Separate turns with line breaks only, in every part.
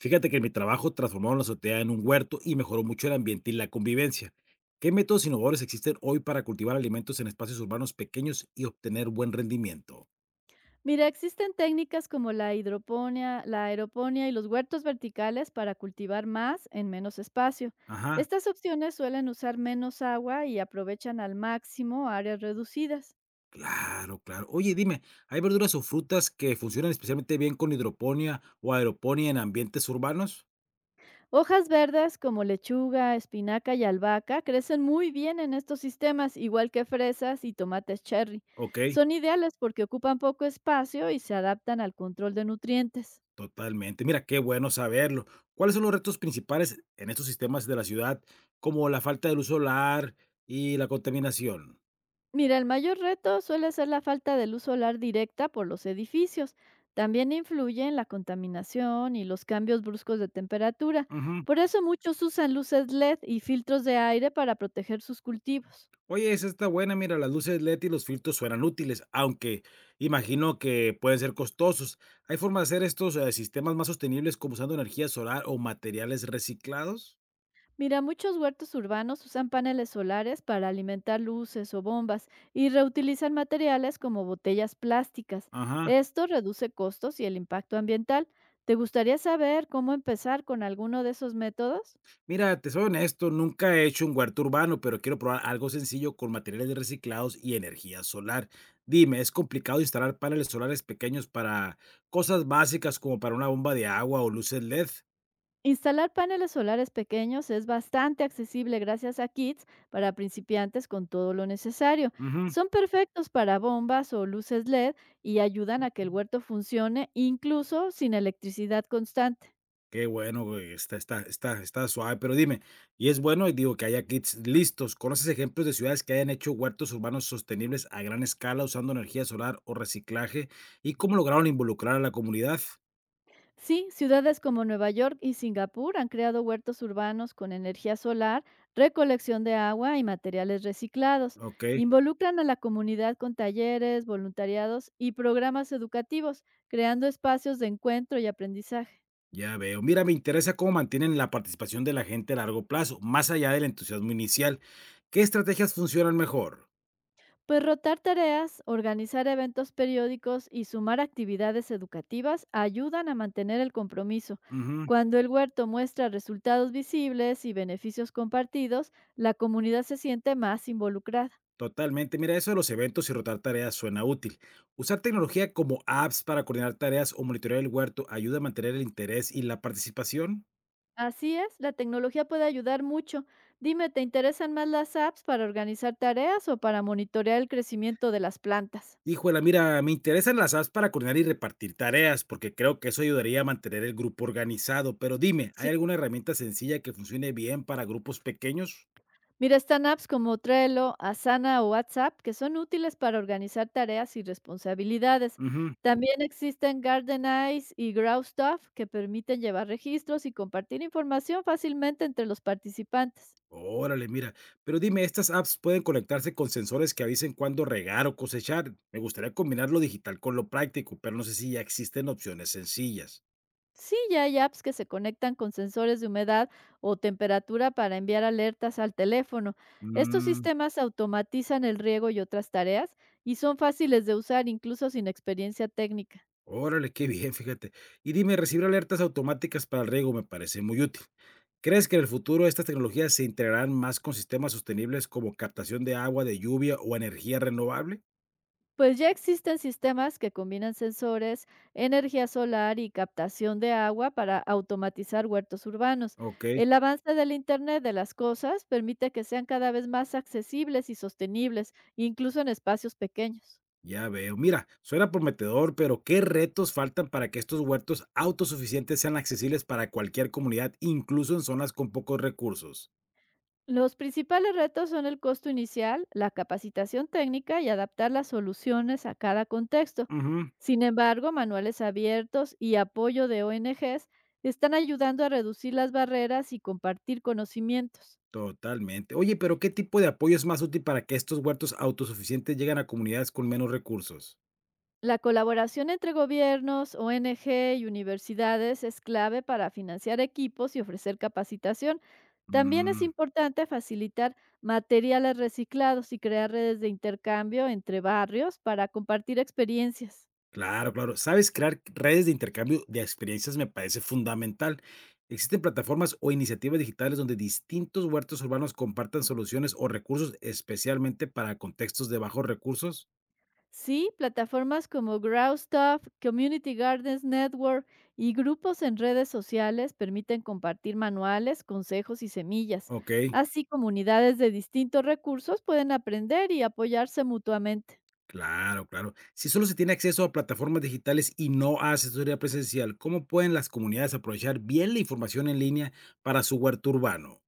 Fíjate que en mi trabajo transformaron la azotea en un huerto y mejoró mucho el ambiente y la convivencia. ¿Qué métodos innovadores existen hoy para cultivar alimentos en espacios urbanos pequeños y obtener buen rendimiento?
Mira, existen técnicas como la hidroponía, la aeroponía y los huertos verticales para cultivar más en menos espacio.
Ajá,
Estas opciones suelen usar menos agua y aprovechan al máximo áreas reducidas.
claro, claro. Oye, dime, ¿hay verduras o frutas que funcionan especialmente bien con hidroponía o aeroponía en ambientes urbanos?
Hojas verdes como lechuga, espinaca y albahaca crecen muy bien en estos sistemas, igual que fresas y tomates cherry.
Ok,
Son ideales porque ocupan poco espacio y se adaptan al control de nutrientes.
totalmente. Mira, qué bueno saberlo. ¿Cuáles son los retos principales en estos sistemas de la ciudad, como la falta de luz solar y la contaminación?
Mira, el mayor reto suele ser la falta de luz solar directa por los edificios. También influyen la contaminación y los cambios bruscos de temperatura.
Ujú.
Por eso muchos usan luces LED y filtros de aire para proteger sus cultivos.
Oye, esa está buena, mira, las luces LED y los filtros suenan útiles, aunque imagino que pueden ser costosos. ¿Hay forma de hacer estos sistemas más sostenibles como usando energía solar o materiales reciclados?
Mira, muchos huertos urbanos usan paneles solares para alimentar luces o bombas y reutilizan materiales como botellas plásticas.
Ajá.
Esto reduce costos y el impacto ambiental. ¿Te gustaría saber cómo empezar con alguno de esos métodos?
Mira, te soy honesto, nunca he hecho un huerto urbano, pero quiero probar algo sencillo con materiales reciclados y energía solar. Dime, ¿es complicado instalar paneles solares pequeños para cosas básicas como para una bomba de agua o luces LED?
Instalar paneles solares pequeños es bastante accesible gracias a kits para principiantes con todo lo necesario. Son perfectos para bombas o luces LED y ayudan a que el huerto funcione incluso sin electricidad constante.
Qué bueno, güey, está suave, pero dime, y es bueno, y digo, que haya kits listos, ¿conoces ejemplos de ciudades que hayan hecho huertos urbanos sostenibles a gran escala usando energía solar o reciclaje? ¿Y cómo lograron involucrar a la comunidad?
Sí, ciudades como Nueva York y Singapur han creado huertos urbanos con energía solar, recolección de agua y materiales reciclados.
Okey,
Involucran a la comunidad con talleres, voluntariados y programas educativos, creando espacios de encuentro y aprendizaje.
ya veo. Mira, me interesa cómo mantienen la participación de la gente a largo plazo, más allá del entusiasmo inicial. ¿Qué estrategias funcionan mejor?
Pues rotar tareas, organizar eventos periódicos y sumar actividades educativas ayudan a mantener el compromiso.
Ujú.
Cuando el huerto muestra resultados visibles y beneficios compartidos, la comunidad se siente más involucrada.
Totalmente. Mira, eso de los eventos y rotar tareas suena útil. Usar tecnología como apps para coordinar tareas o monitorear el huerto ayuda a mantener el interés y la participación.
Así es, la tecnología puede ayudar mucho. Dime, ¿te interesan más las apps para organizar tareas o para monitorear el crecimiento de las plantas?
Híjole, mira, me interesan las apps para coordinar y repartir tareas, porque creo que eso ayudaría a mantener el grupo organizado. Pero dime, ¿hay alguna herramienta sencilla que funcione bien para grupos pequeños?
Mira, están apps como Trello, Asana o WhatsApp que son útiles para organizar tareas y responsabilidades.
Ujú.
También existen GardenEyes y GrowStuff que permiten llevar registros y compartir información fácilmente entre los participantes.
Órale, mira. Pero dime, ¿estas apps pueden conectarse con sensores que avisen cuándo regar o cosechar? Me gustaría combinar lo digital con lo práctico, pero no sé si ya existen opciones sencillas.
Sí, ya hay apps que se conectan con sensores de humedad o temperatura para enviar alertas al teléfono. Estos
Mm,
sistemas automatizan el riego y otras tareas y son fáciles de usar incluso sin experiencia técnica.
órale, qué bien, fíjate. Y dime, recibir alertas automáticas para el riego me parece muy útil. ¿Crees que en el futuro estas tecnologías se integrarán más con sistemas sostenibles como captación de agua, de lluvia o energía renovable?
Pues ya existen sistemas que combinan sensores, energía solar y captación de agua para automatizar huertos urbanos.
Ok,
El avance del Internet de las cosas permite que sean cada vez más accesibles y sostenibles, incluso en espacios pequeños.
ya veo. Mira, suena prometedor, pero ¿qué retos faltan para que estos huertos autosuficientes sean accesibles para cualquier comunidad, incluso en zonas con pocos recursos?
Los principales retos son el costo inicial, la capacitación técnica y adaptar las soluciones a cada contexto.
Ujú,
Sin embargo, manuales abiertos y apoyo de ONGs están ayudando a reducir las barreras y compartir conocimientos.
totalmente. Oye, pero ¿qué tipo de apoyo es más útil para que estos huertos autosuficientes lleguen a comunidades con menos recursos?
La colaboración entre gobiernos, ONG y universidades es clave para financiar equipos y ofrecer capacitación. También es
Mm,
importante facilitar materiales reciclados y crear redes de intercambio entre barrios para compartir experiencias.
claro, claro. Sabes, crear redes de intercambio de experiencias me parece fundamental. ¿Existen plataformas o iniciativas digitales donde distintos huertos urbanos compartan soluciones o recursos especialmente para contextos de bajos recursos?
Sí, plataformas como Growstuff, Community Gardens Network y grupos en redes sociales permiten compartir manuales, consejos y semillas.
Ok,
Así, comunidades de distintos recursos pueden aprender y apoyarse mutuamente.
claro, claro. Si solo se tiene acceso a plataformas digitales y no a asesoría presencial, ¿cómo pueden las comunidades aprovechar bien la información en línea para su huerto urbano?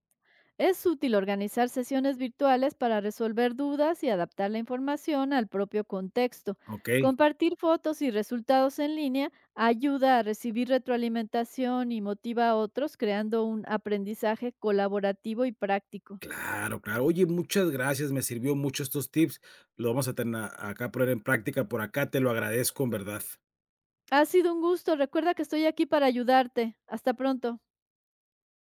Es útil organizar sesiones virtuales para resolver dudas y adaptar la información al propio contexto.
Ok.
Compartir fotos y resultados en línea ayuda a recibir retroalimentación y motiva a otros creando un aprendizaje colaborativo y práctico.
Claro, claro. Oye, muchas gracias, me sirvió mucho estos tips. Lo vamos a tener acá a poner en práctica por acá, te lo agradezco en verdad.
Ha sido un gusto. Recuerda que estoy aquí para ayudarte. Hasta pronto.